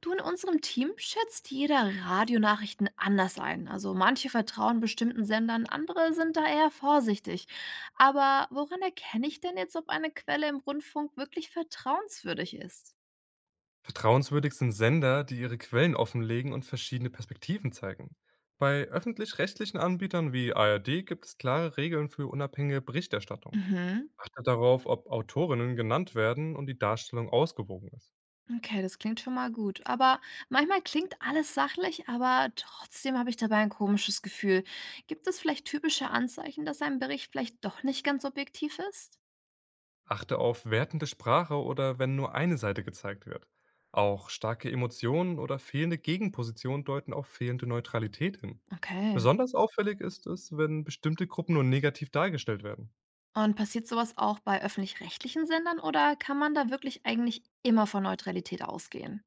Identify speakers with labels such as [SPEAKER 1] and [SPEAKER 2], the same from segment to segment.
[SPEAKER 1] Du, in unserem Team schätzt jeder Radionachrichten anders ein. Also manche vertrauen bestimmten Sendern, andere sind da eher vorsichtig. Aber woran erkenne ich denn jetzt, ob eine Quelle im Rundfunk wirklich vertrauenswürdig ist?
[SPEAKER 2] Vertrauenswürdig sind Sender, die ihre Quellen offenlegen und verschiedene Perspektiven zeigen. Bei öffentlich-rechtlichen Anbietern wie ARD gibt es klare Regeln für unabhängige Berichterstattung.
[SPEAKER 1] Mhm.
[SPEAKER 2] Achte darauf, ob Autorinnen genannt werden und die Darstellung ausgewogen ist.
[SPEAKER 1] Okay, das klingt schon mal gut. Aber manchmal klingt alles sachlich, aber trotzdem habe ich dabei ein komisches Gefühl. Gibt es vielleicht typische Anzeichen, dass ein Bericht vielleicht doch nicht ganz objektiv ist?
[SPEAKER 2] Achte auf wertende Sprache oder wenn nur eine Seite gezeigt wird. Auch starke Emotionen oder fehlende Gegenpositionen deuten auf fehlende Neutralität hin.
[SPEAKER 1] Okay.
[SPEAKER 2] Besonders auffällig ist es, wenn bestimmte Gruppen nur negativ dargestellt werden.
[SPEAKER 1] Und passiert sowas auch bei öffentlich-rechtlichen Sendern oder kann man da wirklich eigentlich immer von Neutralität ausgehen?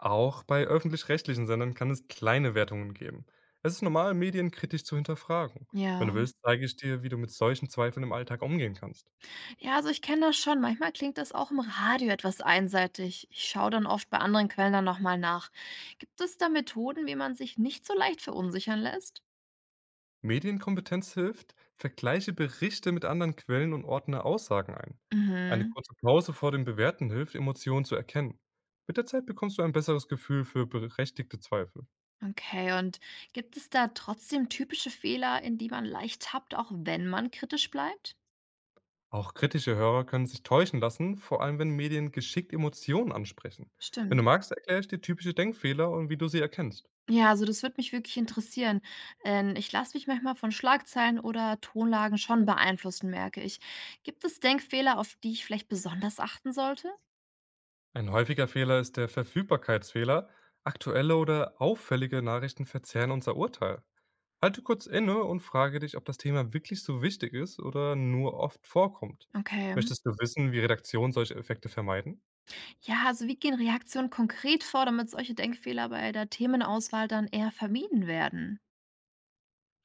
[SPEAKER 2] Auch bei öffentlich-rechtlichen Sendern kann es kleine Wertungen geben. Es ist normal, Medien kritisch zu hinterfragen. Wenn du
[SPEAKER 1] Ja.
[SPEAKER 2] willst, zeige ich dir, wie du mit solchen Zweifeln im Alltag umgehen kannst.
[SPEAKER 1] Ja, also ich kenne das schon. Manchmal klingt das auch im Radio etwas einseitig. Ich schaue dann oft bei anderen Quellen dann nochmal nach. Gibt es da Methoden, wie man sich nicht so leicht verunsichern lässt?
[SPEAKER 2] Medienkompetenz hilft, vergleiche Berichte mit anderen Quellen und ordne Aussagen ein. Eine
[SPEAKER 1] Mhm.
[SPEAKER 2] kurze Pause vor dem Bewerten hilft, Emotionen zu erkennen. Mit der Zeit bekommst du ein besseres Gefühl für berechtigte Zweifel.
[SPEAKER 1] Okay, und gibt es da trotzdem typische Fehler, in die man leicht tappt, auch wenn man kritisch bleibt?
[SPEAKER 2] Auch kritische Hörer können sich täuschen lassen, vor allem wenn Medien geschickt Emotionen ansprechen. Wenn
[SPEAKER 1] Stimmt.
[SPEAKER 2] du magst, erkläre ich dir typische Denkfehler und wie du sie erkennst.
[SPEAKER 1] Ja, also das würde mich wirklich interessieren. Ich lasse mich manchmal von Schlagzeilen oder Tonlagen schon beeinflussen, merke ich. Gibt es Denkfehler, auf die ich vielleicht besonders achten sollte?
[SPEAKER 2] Ein häufiger Fehler ist der Verfügbarkeitsfehler. Aktuelle oder auffällige Nachrichten verzerren unser Urteil. Halte kurz inne und frage dich, ob das Thema wirklich so wichtig ist oder nur oft vorkommt.
[SPEAKER 1] Okay.
[SPEAKER 2] Möchtest du wissen, wie Redaktionen solche Effekte vermeiden?
[SPEAKER 1] Ja, also wie gehen Reaktionen konkret vor, damit solche Denkfehler bei der Themenauswahl dann eher vermieden werden?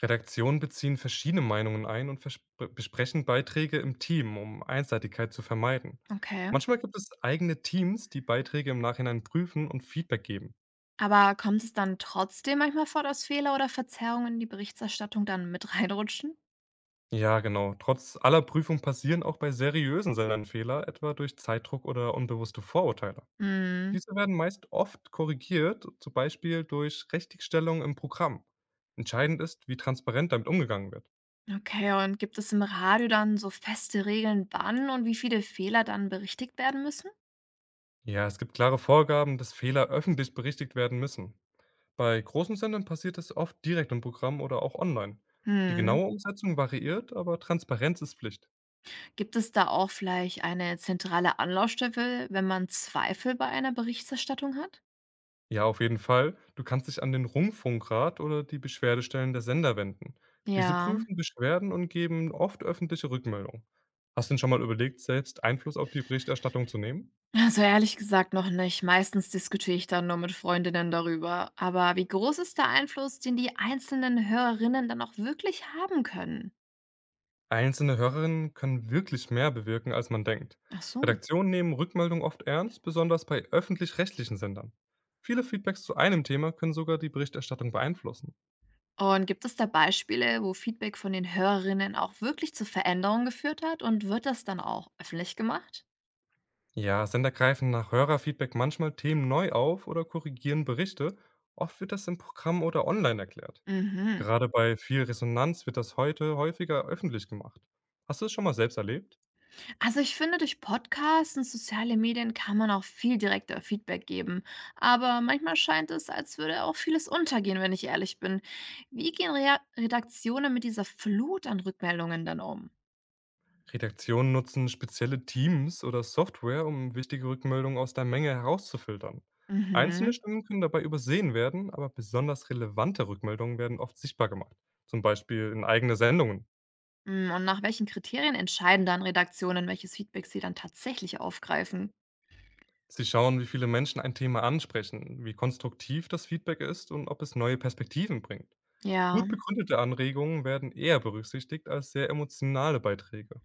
[SPEAKER 2] Redaktionen beziehen verschiedene Meinungen ein und besprechen Beiträge im Team, um Einseitigkeit zu vermeiden.
[SPEAKER 1] Okay.
[SPEAKER 2] Manchmal gibt es eigene Teams, die Beiträge im Nachhinein prüfen und Feedback geben.
[SPEAKER 1] Aber kommt es dann trotzdem manchmal vor, dass Fehler oder Verzerrungen in die Berichterstattung dann mit reinrutschen?
[SPEAKER 2] Ja, genau. Trotz aller Prüfung passieren auch bei seriösen Sendern Fehler, etwa durch Zeitdruck oder unbewusste Vorurteile.
[SPEAKER 1] Mm.
[SPEAKER 2] Diese werden meist oft korrigiert, zum Beispiel durch Richtigstellung im Programm. Entscheidend ist, wie transparent damit umgegangen wird.
[SPEAKER 1] Okay, und gibt es im Radio dann so feste Regeln, wann und wie viele Fehler dann berichtigt werden müssen?
[SPEAKER 2] Ja, es gibt klare Vorgaben, dass Fehler öffentlich berichtigt werden müssen. Bei großen Sendern passiert es oft direkt im Programm oder auch online. Die
[SPEAKER 1] Mhm.
[SPEAKER 2] genaue Umsetzung variiert, aber Transparenz ist Pflicht.
[SPEAKER 1] Gibt es da auch vielleicht eine zentrale Anlaufstelle, wenn man Zweifel bei einer Berichterstattung hat?
[SPEAKER 2] Ja, auf jeden Fall. Du kannst dich an den Rundfunkrat oder die Beschwerdestellen der Sender wenden. Diese
[SPEAKER 1] Ja,
[SPEAKER 2] prüfen Beschwerden und geben oft öffentliche Rückmeldungen. Hast du denn schon mal überlegt, selbst Einfluss auf die Berichterstattung zu nehmen?
[SPEAKER 1] also ehrlich gesagt noch nicht. Meistens diskutiere ich dann nur mit Freundinnen darüber. Aber wie groß ist der Einfluss, den die einzelnen Hörerinnen dann auch wirklich haben können?
[SPEAKER 2] Einzelne Hörerinnen können wirklich mehr bewirken, als man denkt.
[SPEAKER 1] Ach so.
[SPEAKER 2] Redaktionen nehmen Rückmeldungen oft ernst, besonders bei öffentlich-rechtlichen Sendern. Viele Feedbacks zu einem Thema können sogar die Berichterstattung beeinflussen.
[SPEAKER 1] Und gibt es da Beispiele, wo Feedback von den Hörerinnen auch wirklich zu Veränderungen geführt hat? Und wird das dann auch öffentlich gemacht?
[SPEAKER 2] Ja, Sender greifen nach Hörerfeedback manchmal Themen neu auf oder korrigieren Berichte. Oft wird das im Programm oder online erklärt.
[SPEAKER 1] Mhm.
[SPEAKER 2] Gerade bei viel Resonanz wird das heute häufiger öffentlich gemacht. Hast du es schon mal selbst erlebt?
[SPEAKER 1] Also ich finde, durch Podcasts und soziale Medien kann man auch viel direkter Feedback geben. Aber manchmal scheint es, als würde auch vieles untergehen, wenn ich ehrlich bin. Wie gehen Rea Redaktionen mit dieser Flut an Rückmeldungen dann um?
[SPEAKER 2] Redaktionen nutzen spezielle Teams oder Software, um wichtige Rückmeldungen aus der Menge herauszufiltern. Einzelne
[SPEAKER 1] Mhm.
[SPEAKER 2] Stimmen können dabei übersehen werden, aber besonders relevante Rückmeldungen werden oft sichtbar gemacht, zum Beispiel in eigene Sendungen.
[SPEAKER 1] Mm, und nach welchen Kriterien entscheiden dann Redaktionen, welches Feedback sie dann tatsächlich aufgreifen?
[SPEAKER 2] Sie schauen, wie viele Menschen ein Thema ansprechen, wie konstruktiv das Feedback ist und ob es neue Perspektiven bringt.
[SPEAKER 1] Ja.
[SPEAKER 2] Gut begründete Anregungen werden eher berücksichtigt als sehr emotionale Beiträge.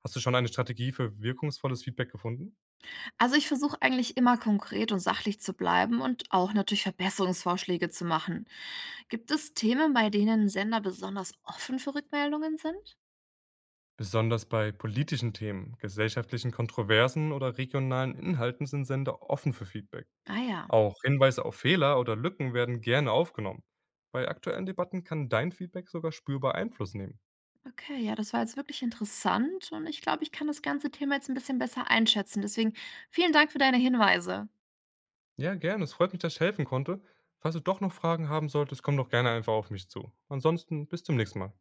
[SPEAKER 2] Hast du schon eine Strategie für wirkungsvolles Feedback gefunden?
[SPEAKER 1] Also ich versuche eigentlich immer konkret und sachlich zu bleiben und auch natürlich Verbesserungsvorschläge zu machen. Gibt es Themen, bei denen Sender besonders offen für Rückmeldungen sind?
[SPEAKER 2] Besonders bei politischen Themen, gesellschaftlichen Kontroversen oder regionalen Inhalten sind Sender offen für Feedback.
[SPEAKER 1] Ah ja,
[SPEAKER 2] Auch Hinweise auf Fehler oder Lücken werden gerne aufgenommen. Bei aktuellen Debatten kann dein Feedback sogar spürbar Einfluss nehmen.
[SPEAKER 1] okay, ja, das war jetzt wirklich interessant und ich glaube, ich kann das ganze Thema jetzt ein bisschen besser einschätzen. Deswegen vielen Dank für deine Hinweise.
[SPEAKER 2] Ja, gerne. Es freut mich, dass ich helfen konnte. Falls du doch noch Fragen haben solltest, komm doch gerne einfach auf mich zu. Ansonsten bis zum nächsten Mal.